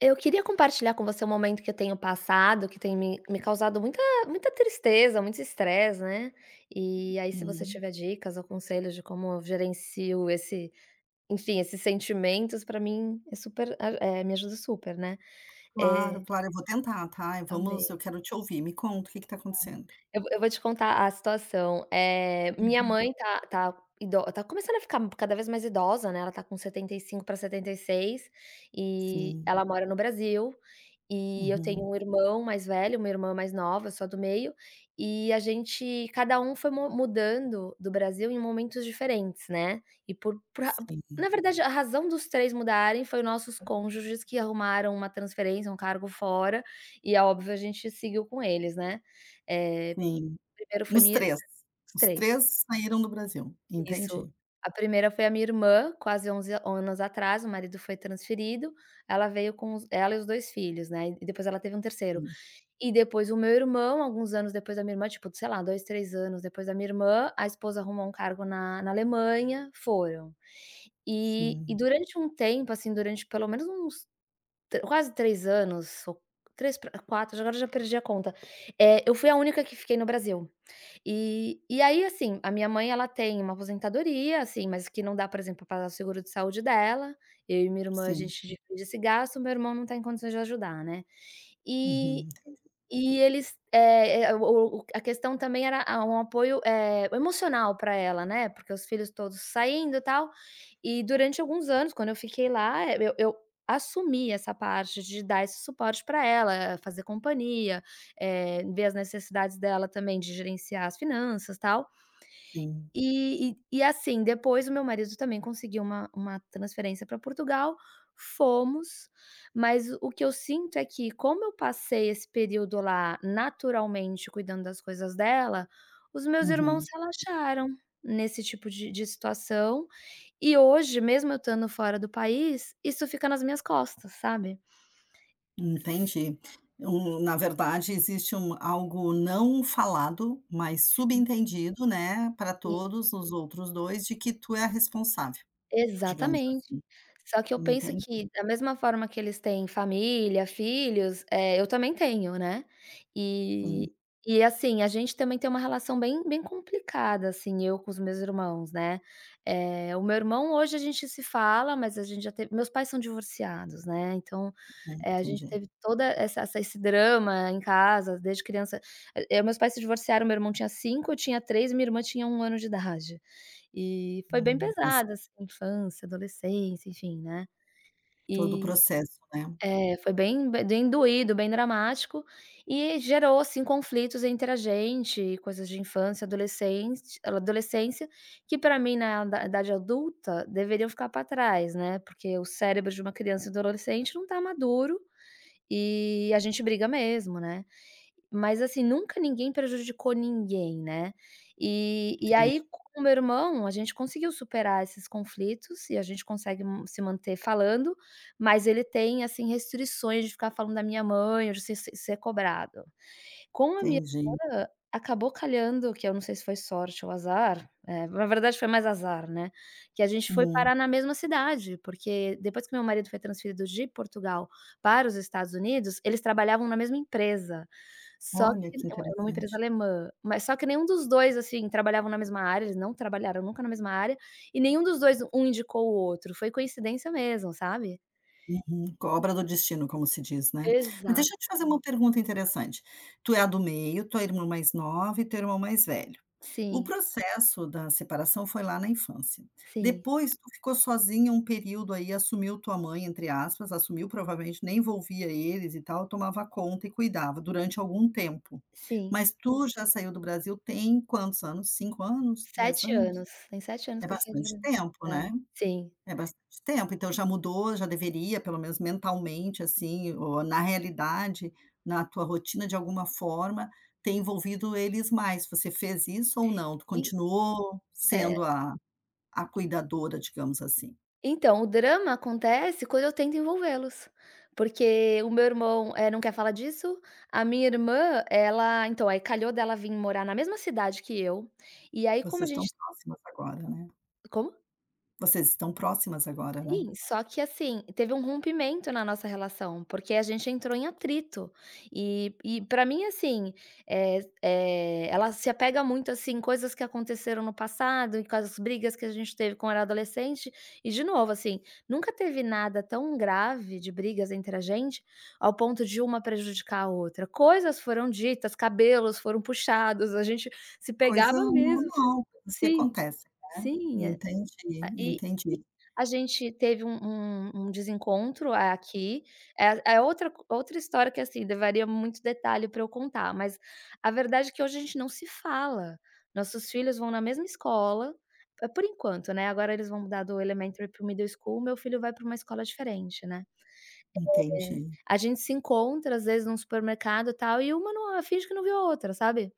Eu queria compartilhar com você um momento que eu tenho passado, que tem me causado muita muita tristeza, muito estresse, né. E aí se você Uhum. tiver dicas ou conselhos de como eu gerencio esse enfim, esses sentimentos, pra mim é super me ajuda super, né. Claro, É, claro, eu vou tentar, tá. E tá vamos eu bem. quero te ouvir, me conta o que que tá acontecendo. Eu vou te contar a situação. Minha Uhum. mãe tá começando a ficar cada vez mais idosa, né, ela tá com 75 para 76 e Sim. ela mora no Brasil, e eu Uhum. tenho um irmão mais velho, uma irmã mais nova, só do meio, e a gente cada um foi mu mudando do Brasil em momentos diferentes, né. e por ra Sim, Na verdade, a razão dos 3 mudarem foi nossos cônjuges que arrumaram uma transferência, um cargo fora, e é óbvio a gente seguiu com eles, né. Eh, sim. Primeiro foi Os minha. 3, Os os três, 3 saíram do Brasil. isso. Entendi. A primeira foi a minha irmã, quase 11 anos atrás, o marido foi transferido, ela veio com os ela e os 2 filhos, né, e depois ela teve um terceiro. Sim, E depois o meu irmão, alguns anos depois da minha irmã, tipo, sei lá, 2 3 anos depois da minha irmã, a esposa arrumou um cargo na Alemanha, foram. E sim, durante um tempo, assim, durante pelo menos uns tre quase 3 anos ou 3 pra 4, agora eu já perdi a conta, eu fui a única que fiquei no Brasil. E aí, assim, a minha mãe ela tem uma aposentadoria, assim, mas que não dá, por exemplo, para pagar o seguro de saúde dela. Eu e minha irmã a sim. gente divide esse gasto, meu irmão não está em condições de ajudar, né. E Uhum, entendi, e eles, o a questão também era a um apoio, emocional para ela, né, porque os filhos todos saindo, e tal, e durante alguns anos, quando eu fiquei lá, eu assumi essa parte de dar esse suporte para ela, fazer companhia, ver as necessidades dela também de gerenciar as finanças, tal. sim. E assim, depois o meu marido também conseguiu uma transferência para Portugal, fomos, mas o que eu sinto é que como eu passei esse período lá naturalmente cuidando das coisas dela, os meus irmãos Uhum, relaxaram nesse tipo de situação, e hoje, mesmo eu estando fora do país, isso fica nas minhas costas, sabe. entendi. Na verdade, existe um algo não falado, mas subentendido, né, para todos os outros 2, de que tu é a responsável, digamos Exatamente. assim. Só que eu penso Entendi. que da mesma forma que eles têm família, filhos, eu também tenho, né. E e assim, a gente também tem uma relação bem bem complicada, assim, eu com os meus irmãos, né. O meu irmão hoje a gente se fala, mas a gente já teve meus pais são divorciados, né, então, a gente Entendi. teve toda essa essa esse drama em casa desde criança. Meus pais se divorciaram, meu irmão tinha 5, eu tinha 3 e minha irmã tinha 1 ano de idade. E foi bem Mas pesado, assim, infância, adolescência, enfim, né. todo o E processo, né. é, foi bem bem doído, bem dramático, e gerou, assim, conflitos entre a gente, coisas de infância, adolescente adolescência, que pra mim na da idade adulta deveriam ficar pra trás, né, porque o cérebro de uma criança e do adolescente não tá maduro, e a gente briga mesmo, né. Mas assim, nunca ninguém prejudicou ninguém, né. E Entendi, aí com o meu irmão, a gente conseguiu superar esses conflitos e a gente consegue se manter falando, mas ele tem, assim, restrições de ficar falando da minha mãe ou de ser cobrado. Com a minha entendi. irmã, acabou calhando, que eu não sei se foi sorte ou azar, na verdade foi mais azar, né, que a gente foi Hum, parar na mesma cidade, porque depois que meu marido foi transferido de Portugal para os Estados Unidos, eles trabalhavam na mesma empresa, só olha que que é uma interessante. empresa alemã, mas só que nenhum dos 2 assim, trabalhavam na mesma área, eles não trabalharam nunca na mesma área, e nenhum dos 2 um indicou o outro, foi coincidência mesmo, sabe. Obra do destino, como se diz, né. Mas Exato. deixa eu te fazer uma pergunta interessante. Tu é a do meio, tua irmã mais nova e teu irmão mais velho. O Sim, processo da separação foi lá na infância. sim, Depois tu ficou sozinha um período aí, assumiu tua mãe, entre aspas, assumiu, provavelmente nem envolvia eles e tal, tomava conta e cuidava durante algum tempo. sim. Mas tu já saiu do Brasil tem quantos anos? 5 anos? 3 sete anos? anos, tem 7 anos É que eu saí do bastante Brasil. tempo, É, né? sim. É bastante tempo, então já mudou, já deveria, pelo menos mentalmente, assim, ou na realidade, na tua rotina, de alguma forma, ter envolvido eles mais. Você fez isso ou não? Tu E continuou é. sendo a cuidadora, digamos assim? Então, o drama acontece quando eu tento envolvê-los, porque o meu irmão, não quer falar disso, a minha irmã, ela então, aí calhou dela vim morar na mesma cidade que eu, e aí como a Vocês estão gente... próximas agora, né? Como? Vocês estão próximas agora, né? Sim, só que assim, teve um rompimento na nossa relação, porque a gente entrou em atrito. E para mim assim, é ela se apega muito, assim, coisas que aconteceram no passado e com as brigas que a gente teve quando era adolescente. E de novo, assim, nunca teve nada tão grave de brigas entre a gente, ao ponto de uma prejudicar a outra. Coisas foram ditas, cabelos foram puxados, a gente se Coisa pegava mesmo, fisi normal, coisas que sim, acontecem, né? sim, Entendi, e entendi, a gente teve um desencontro aqui, é outra história que, assim, levaria muito detalhe para eu contar, mas a verdade é que hoje a gente não se fala. Nossos filhos vão na mesma escola, por enquanto, né, agora eles vão mudar do elementary para o middle school, meu filho vai para uma escola diferente, né. entendi, A gente se encontra, às vezes, num supermercado, e tal, e uma não finge que não viu a outra, sabe.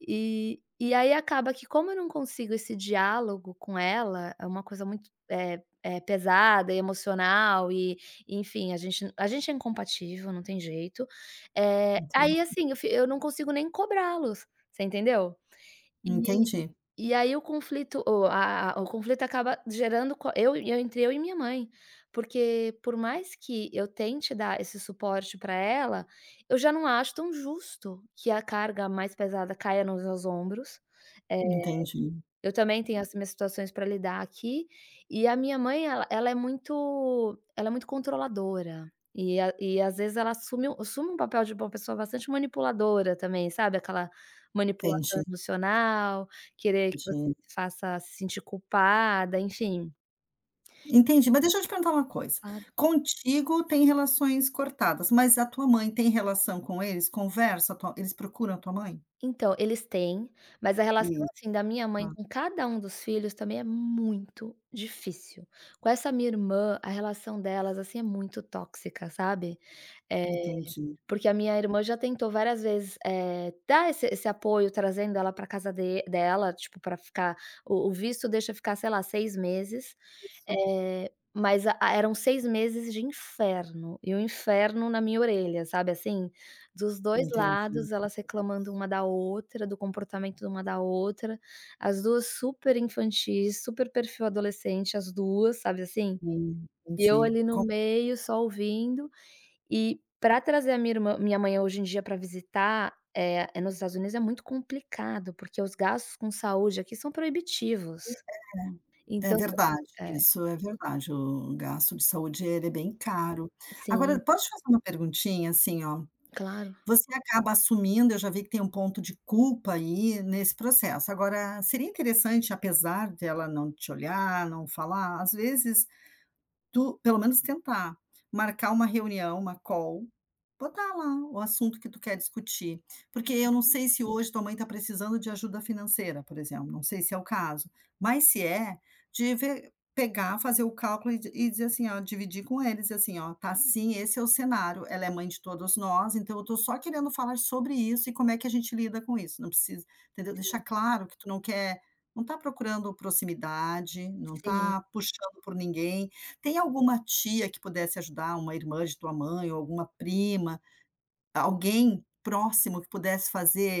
E aí acaba que como eu não consigo esse diálogo com ela, é uma coisa muito, pesada e emocional e, enfim, a gente é incompatível, não tem jeito. Entendi, Aí, assim, eu não consigo nem cobrá-los, você entendeu? entendi, E aí o conflito o a o conflito acaba gerando co eu entre eu e minha mãe, porque por mais que eu tente dar esse suporte para ela, eu já não acho tão justo que a carga mais pesada caia nos meus ombros. eh, entendi, eu também tenho as minhas situações para lidar aqui, e a minha mãe ela é muito controladora, e a e às vezes ela assume um papel de uma pessoa bastante manipuladora também, sabe, aquela manipulação entendi, emocional, querer que você entendi. se faça se sentir culpada, enfim. Entendi, mas deixa eu te perguntar uma coisa, Claro. contigo tem relações cortadas, mas a tua mãe tem relação com eles? Conversa, a tua eles procuram a tua mãe? Então, eles têm, mas a relação, Isso, assim, da minha mãe tá, com cada um dos filhos também é muito difícil. Com essa minha irmã, a relação delas, assim, é muito tóxica, sabe. Eh entendi. Porque a minha irmã já tentou várias vezes, dar esse apoio trazendo ela para casa de dela, tipo, para ficar o visto deixa ficar, sei lá, 6 meses, Isso, mas eram 6 meses de inferno, e o inferno na minha orelha, sabe, assim? Dos dois entendi, lados, elas reclamando complexo. uma da outra, do comportamento de uma da outra, as 2 super infantis, super perfil adolescente, as 2, sabe, assim? E eu Entendi. ali no Com meio, só ouvindo. E para trazer a minha irmã minha mãe hoje em dia para visitar, é nos Estados Unidos é muito complicado, porque os gastos com saúde aqui são proibitivos. É Então verdade, é, isso é verdade, o gasto de saúde ele é bem caro. sim, Agora, posso te fazer uma perguntinha, assim, ó? claro, Você acaba assumindo, eu já vi que tem um ponto de culpa aí nesse processo. Agora, seria interessante, apesar dela não te olhar, não falar, às vezes tu pelo menos tentar, marcar uma reunião, uma call, botar lá o assunto que tu quer discutir, porque eu não sei se hoje tua mãe está precisando de ajuda financeira, por exemplo, não sei se é o caso, mas se é, de ver pegar, fazer o cálculo e di e dizer assim, ó, dividir com eles, assim: "Ó, tá assim, esse é o cenário, ela é mãe de todos nós, então eu tô só querendo falar sobre isso e como é que a gente lida com isso", não precisa, entendeu, deixar sim, claro que tu não tá procurando proximidade, não sim, tá puxando por ninguém, tem alguma tia que pudesse ajudar, uma irmã de tua mãe ou alguma prima, alguém próximo que pudesse fazer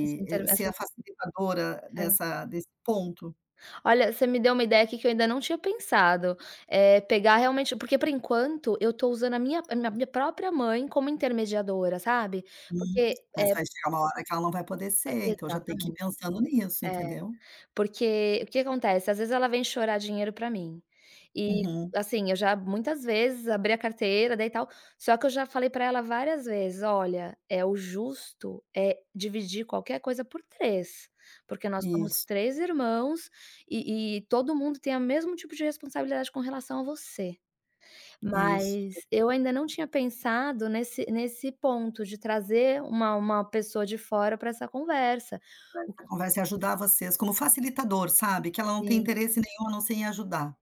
esse inter ser essa a facilitadora é. dessa desse ponto? Olha, você me deu uma ideia aqui que eu ainda não tinha pensado, pegar realmente porque por enquanto eu tô usando a minha própria mãe como intermediadora, sabe. Hum, Porque mas é vai chegar uma hora que ela não vai poder ser, então já tem que ir exatamente, pensando nisso, é. entendeu? Porque o que acontece, às vezes ela vem chorar dinheiro pra mim. E, Uhum, assim, eu já muitas vezes abri a carteira, daí tal, só que eu já falei pra ela várias vezes: "Olha, é o justo é dividir qualquer coisa por 3 porque nós somos isso, 3 irmãos e todo mundo tem a mesmo tipo de responsabilidade com relação a você". isso. Mas eu ainda não tinha pensado nesse ponto de trazer uma pessoa de fora pra essa conversa. O que... Essa conversa e ajudar vocês como facilitador, sabe, que ela não tem sim, interesse nenhum a não ser em ajudar.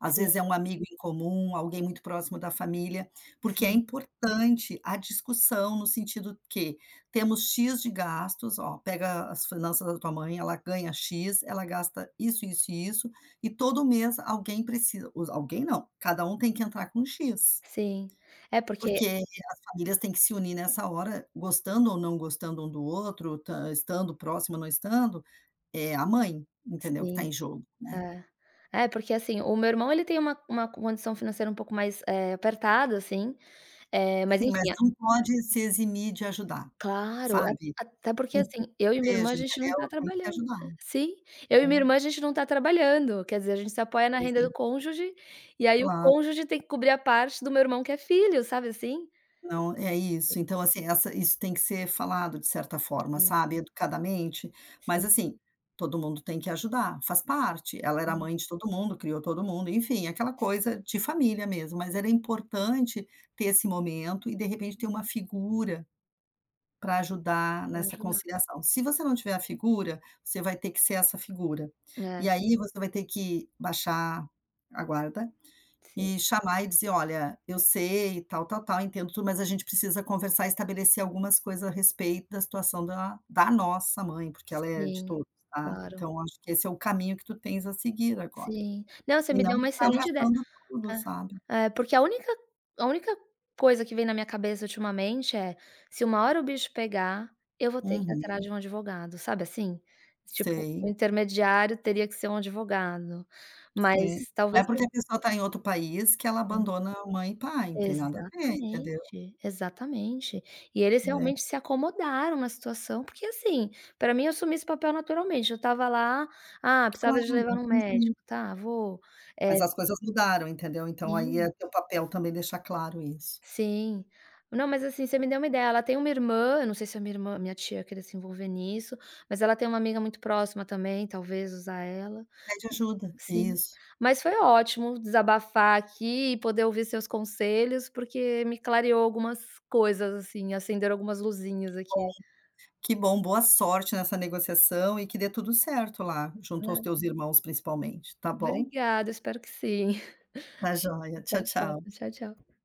Às sim, vezes é um amigo em comum, alguém muito próximo da família, porque é sim. importante a discussão no sentido que temos X de gastos, ó, pega as finanças da tua mãe, ela ganha X, ela gasta isso, isso e isso, e todo mês alguém precisa, os alguém não, cada um tem que entrar com X, Sim. É porque porque as famílias têm que se unir nessa hora, gostando ou não gostando um do outro, ta estando próximo ou não estando, é a mãe, entendeu, que está em sim, jogo, né. é. É, porque, assim, o meu irmão ele tem uma condição financeira um pouco mais, apertada, assim, mas Sim, mas enfim a... não pode se eximir de ajudar, Claro, a sabe. até porque, Um pouco assim, eu e que minha irmã a seja, gente não tá entendeu, tem que trabalhando ajudar, sim, eu e minha né. irmã a gente não tá trabalhando, quer dizer, a gente se apoia na Pois renda é, do cônjuge, e aí o claro. cônjuge tem que cobrir a parte do meu irmão que é filho, sabe, assim? Não, é isso. Então, assim, essa isso tem que ser falado de certa forma, Sim, sabe, educadamente, mas sim, assim, todo mundo tem que ajudar, faz parte. Ela era sim, mãe de todo mundo, criou todo mundo, enfim, aquela sim, coisa de família mesmo, mas era importante ter esse momento e de repente ter uma figura para ajudar pra nessa ajudar. conciliação. Se você não tiver a figura, você vai ter que ser essa figura. E É, aí você vai ter que baixar a guarda sim, e chamar e dizer: "Olha, eu sei, tal, tal, tal, entendo tudo, mas a gente precisa conversar e estabelecer algumas coisas a respeito da situação da nossa mãe, porque ela é de sim, todos, tá? claro. Então acho que esse é o caminho que tu tens a seguir agora". Sim. Não, você E me não deu uma ficar excelente ideia. abraçando tudo, sabe? É, é, porque a única coisa que vem na minha cabeça ultimamente é: "Se uma hora o bicho pegar, eu vou ter que ir atrás Uhum, de um advogado", sabe assim? Tipo, o sei. intermediário teria que ser um advogado, Sim, mas não é talvez porque a pessoa está em outro país que ela assim... abandona mãe e pai, não tem nada a ver, entendeu. exatamente, exatamente. E eles É, realmente se acomodaram na situação, porque assim, para mim eu assumi esse papel naturalmente, eu estava lá: "Ah, precisava claro, de levar um entendi. médico, tá, vou". É, Mas as coisas mudaram, entendeu. Então aí sim. é teu papel também deixar claro isso. Sim. Não, mas assim, você me deu uma ideia, ela tem uma irmã, eu não sei se a minha irmã minha tia queria se envolver nisso, mas ela tem uma amiga muito próxima também, talvez usar ela. Pede ajuda, Sim. isso. Mas foi ótimo desabafar aqui e poder ouvir seus conselhos, porque me clareou algumas coisas, assim, acenderam algumas luzinhas aqui. Que bom, boa sorte nessa negociação e que dê tudo certo lá, junto aos Né. teus irmãos principalmente, tá bom? Obrigada, espero que sim. Tá joia, Até tchau, a tchau. próxima. Tchau, tchau.